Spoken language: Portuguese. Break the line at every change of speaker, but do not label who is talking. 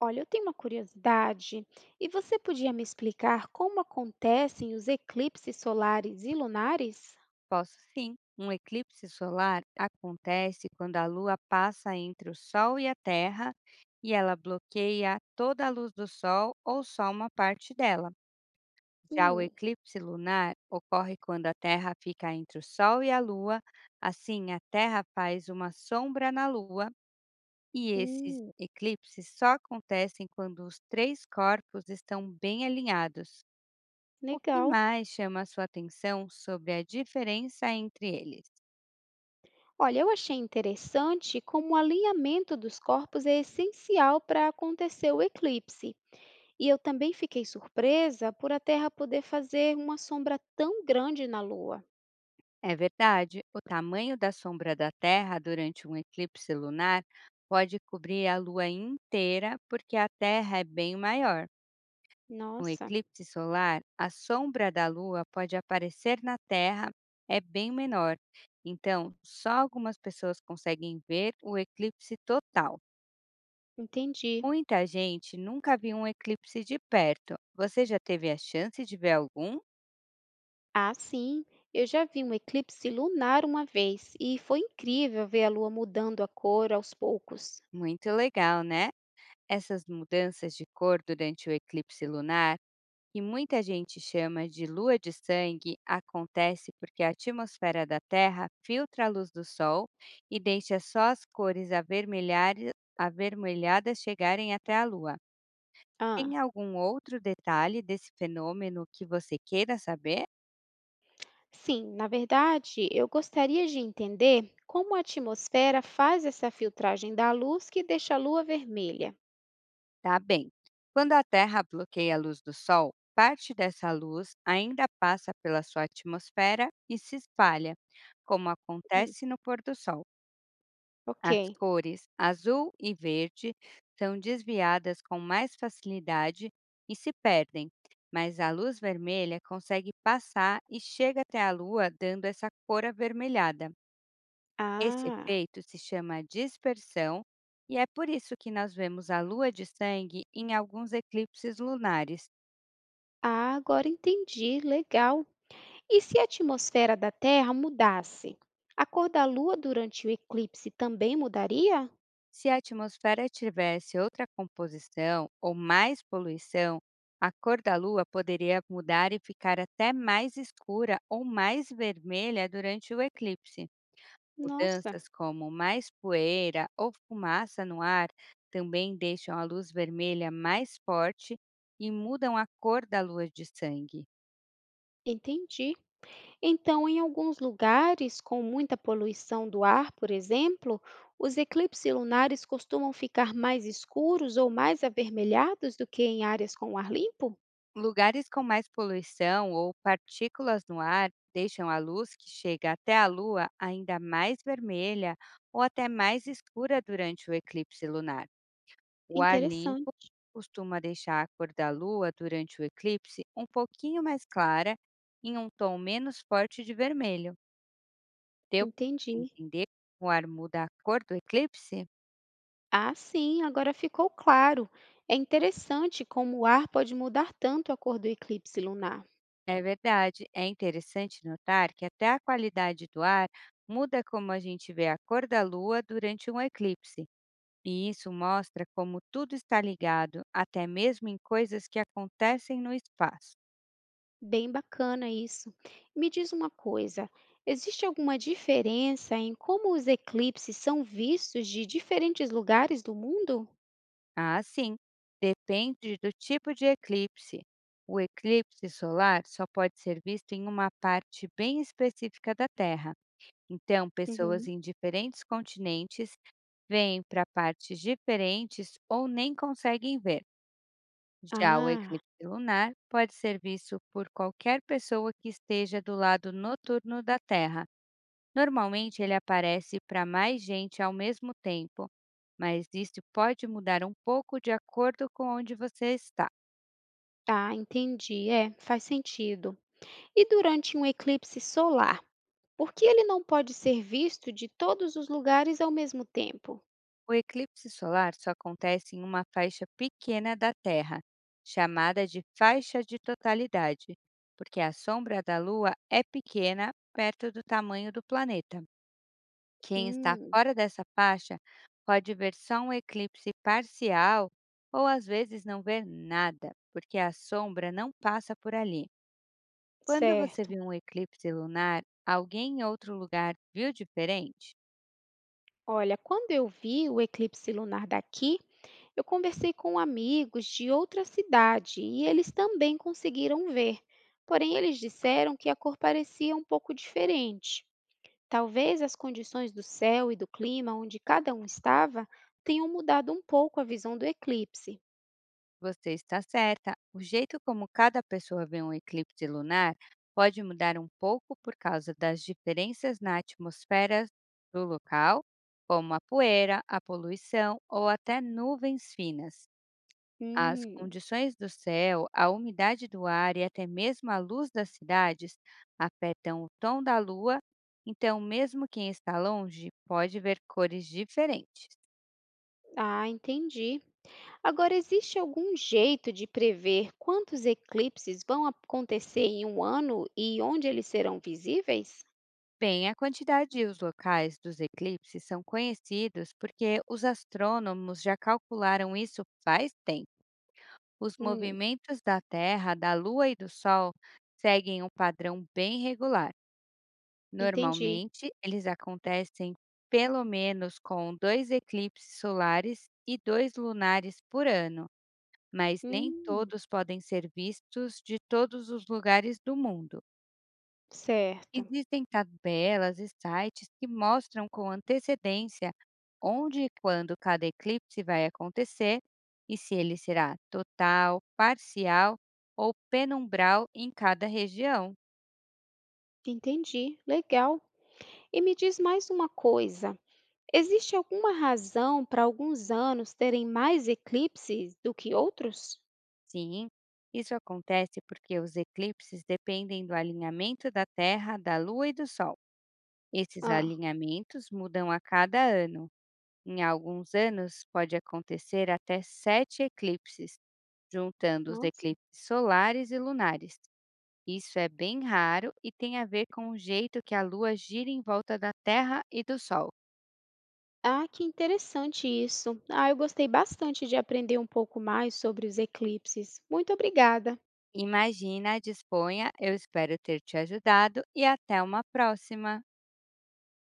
Olha, eu tenho uma curiosidade, e você podia me explicar como acontecem os eclipses solares e lunares?
Posso sim. Um eclipse solar acontece quando a Lua passa entre o Sol e a Terra e ela bloqueia toda a luz do Sol ou só uma parte dela. Já o
Hum,
eclipse lunar ocorre quando a Terra fica entre o Sol e a Lua, assim a Terra faz uma sombra na Lua, e esses
Hum,
eclipses só acontecem quando os três corpos estão bem alinhados. O que
legal.
mais chama a sua atenção sobre a diferença entre eles?
Olha, eu achei interessante como o alinhamento dos corpos é essencial para acontecer o eclipse. E eu também fiquei surpresa por a Terra poder fazer uma sombra tão grande na Lua.
É verdade, o tamanho da sombra da Terra durante um eclipse lunar pode cobrir a Lua inteira, porque a Terra é bem maior. No
Nossa,
eclipse solar, a sombra da Lua pode aparecer na Terra, é bem menor. Então, só algumas pessoas conseguem ver o eclipse total.
entendi.
Muita gente nunca viu um eclipse de perto. Você já teve a chance de ver algum?
Ah, sim. Eu já vi um eclipse lunar uma vez e foi incrível ver a lua mudando a cor aos poucos.
Muito legal, né? Essas mudanças de cor durante o eclipse lunar que muita gente chama de lua de sangue acontece porque a atmosfera da Terra filtra a luz do Sol e deixa só as cores avermelhadas chegarem até a Lua.
Ah,
Tem algum outro detalhe desse fenômeno que você queira saber?
sim, na verdade, eu gostaria de entender como a atmosfera faz essa filtragem da luz que deixa a lua vermelha.
Tá bem. Quando a Terra bloqueia a luz do Sol, parte dessa luz ainda passa pela sua atmosfera e se espalha, como
Hum,
acontece no pôr do Sol. As
ok.
cores azul e verde são desviadas com mais facilidade e se perdem, mas a luz vermelha consegue passar e chega até a Lua, dando essa cor avermelhada. Esse
Ah,
efeito se chama dispersão, e é por isso que nós vemos a Lua de sangue em alguns eclipses lunares.
ah, agora entendi. Legal. E se a atmosfera da Terra mudasse? A cor da lua durante o eclipse também mudaria?
Se a atmosfera tivesse outra composição ou mais poluição, a cor da Lua poderia mudar e ficar até mais escura ou mais vermelha durante o eclipse.
Nossa,
Mudanças como mais poeira ou fumaça no ar também deixam a luz vermelha mais forte e mudam a cor da lua de sangue.
entendi. Então, em alguns lugares com muita poluição do ar, por exemplo, os eclipses lunares costumam ficar mais escuros ou mais avermelhados do que em áreas com ar limpo?
Lugares com mais poluição ou partículas no ar deixam a luz que chega até a Lua ainda mais vermelha ou até mais escura durante o eclipse lunar. O ar limpo
Interessante,
costuma deixar a cor da Lua durante o eclipse um pouquinho mais clara, em um tom menos forte de vermelho. Deu para
entendi.
entender como o ar muda a cor do eclipse?
Ah, sim, agora ficou claro. É interessante como o ar pode mudar tanto a cor do eclipse lunar.
É verdade. É interessante notar que até a qualidade do ar muda como a gente vê a cor da lua durante um eclipse. E isso mostra como tudo está ligado, até mesmo em coisas que acontecem no espaço.
Bem bacana isso. Me diz uma coisa, existe alguma diferença em como os eclipses são vistos de diferentes lugares do mundo?
Ah, sim, depende do tipo de eclipse. O eclipse solar só pode ser visto em uma parte bem específica da Terra. Então, pessoas
Uhum.
em diferentes continentes vêm para partes diferentes ou nem conseguem ver. Já o
Ah,
eclipse lunar pode ser visto por qualquer pessoa que esteja do lado noturno da Terra. Normalmente, ele aparece para mais gente ao mesmo tempo, mas isso pode mudar um pouco de acordo com onde você está.
tá, entendi. É, faz sentido. E durante um eclipse solar, por que ele não pode ser visto de todos os lugares ao mesmo tempo?
O eclipse solar só acontece em uma faixa pequena da Terra, chamada de faixa de totalidade, porque a sombra da Lua é pequena perto do tamanho do planeta. Quem está
Hum,
fora dessa faixa pode ver só um eclipse parcial, ou às vezes não ver nada, porque a sombra não passa por ali. Quando você
certo.
viu um eclipse lunar, alguém em outro lugar viu diferente?
Olha, quando eu vi o eclipse lunar daqui, eu conversei com amigos de outra cidade e eles também conseguiram ver. Porém, eles disseram que a cor parecia um pouco diferente. Talvez as condições do céu e do clima onde cada um estava tenham mudado um pouco a visão do eclipse.
Você está certa. O jeito como cada pessoa vê um eclipse lunar pode mudar um pouco por causa das diferenças na atmosfera do local, como a poeira, a poluição ou até nuvens finas. As
Hum,
condições do céu, a umidade do ar e até mesmo a luz das cidades afetam o tom da lua, então, mesmo quem está longe pode ver cores diferentes.
ah, entendi. Agora, existe algum jeito de prever quantos eclipses vão acontecer em um ano e onde eles serão visíveis?
Bem, a quantidade e os locais dos eclipses são conhecidos porque os astrônomos já calcularam isso faz tempo. Os
Hum,
movimentos da Terra, da Lua e do Sol seguem um padrão bem regular.
entendi.
Normalmente, eles acontecem pelo menos com dois eclipses solares e dois lunares por ano, mas nem
Hum,
todos podem ser vistos de todos os lugares do mundo.
certo.
Existem tabelas e sites que mostram com antecedência onde e quando cada eclipse vai acontecer, e se ele será total, parcial ou penumbral em cada região.
Entendi. Legal. E me diz mais uma coisa. Existe alguma razão para alguns anos terem mais eclipses do que outros?
Sim, isso acontece porque os eclipses dependem do alinhamento da Terra, da Lua e do Sol. Esses
Ah.
alinhamentos mudam a cada ano. Em alguns anos, pode acontecer até sete eclipses, juntando os
Nossa.
eclipses solares e lunares. Isso é bem raro e tem a ver com o jeito que a Lua gira em volta da Terra e do Sol.
Ah, que interessante isso. Ah, eu gostei bastante de aprender um pouco mais sobre os eclipses. Muito obrigada.
Imagina, disponha, eu espero ter te ajudado, e até uma próxima!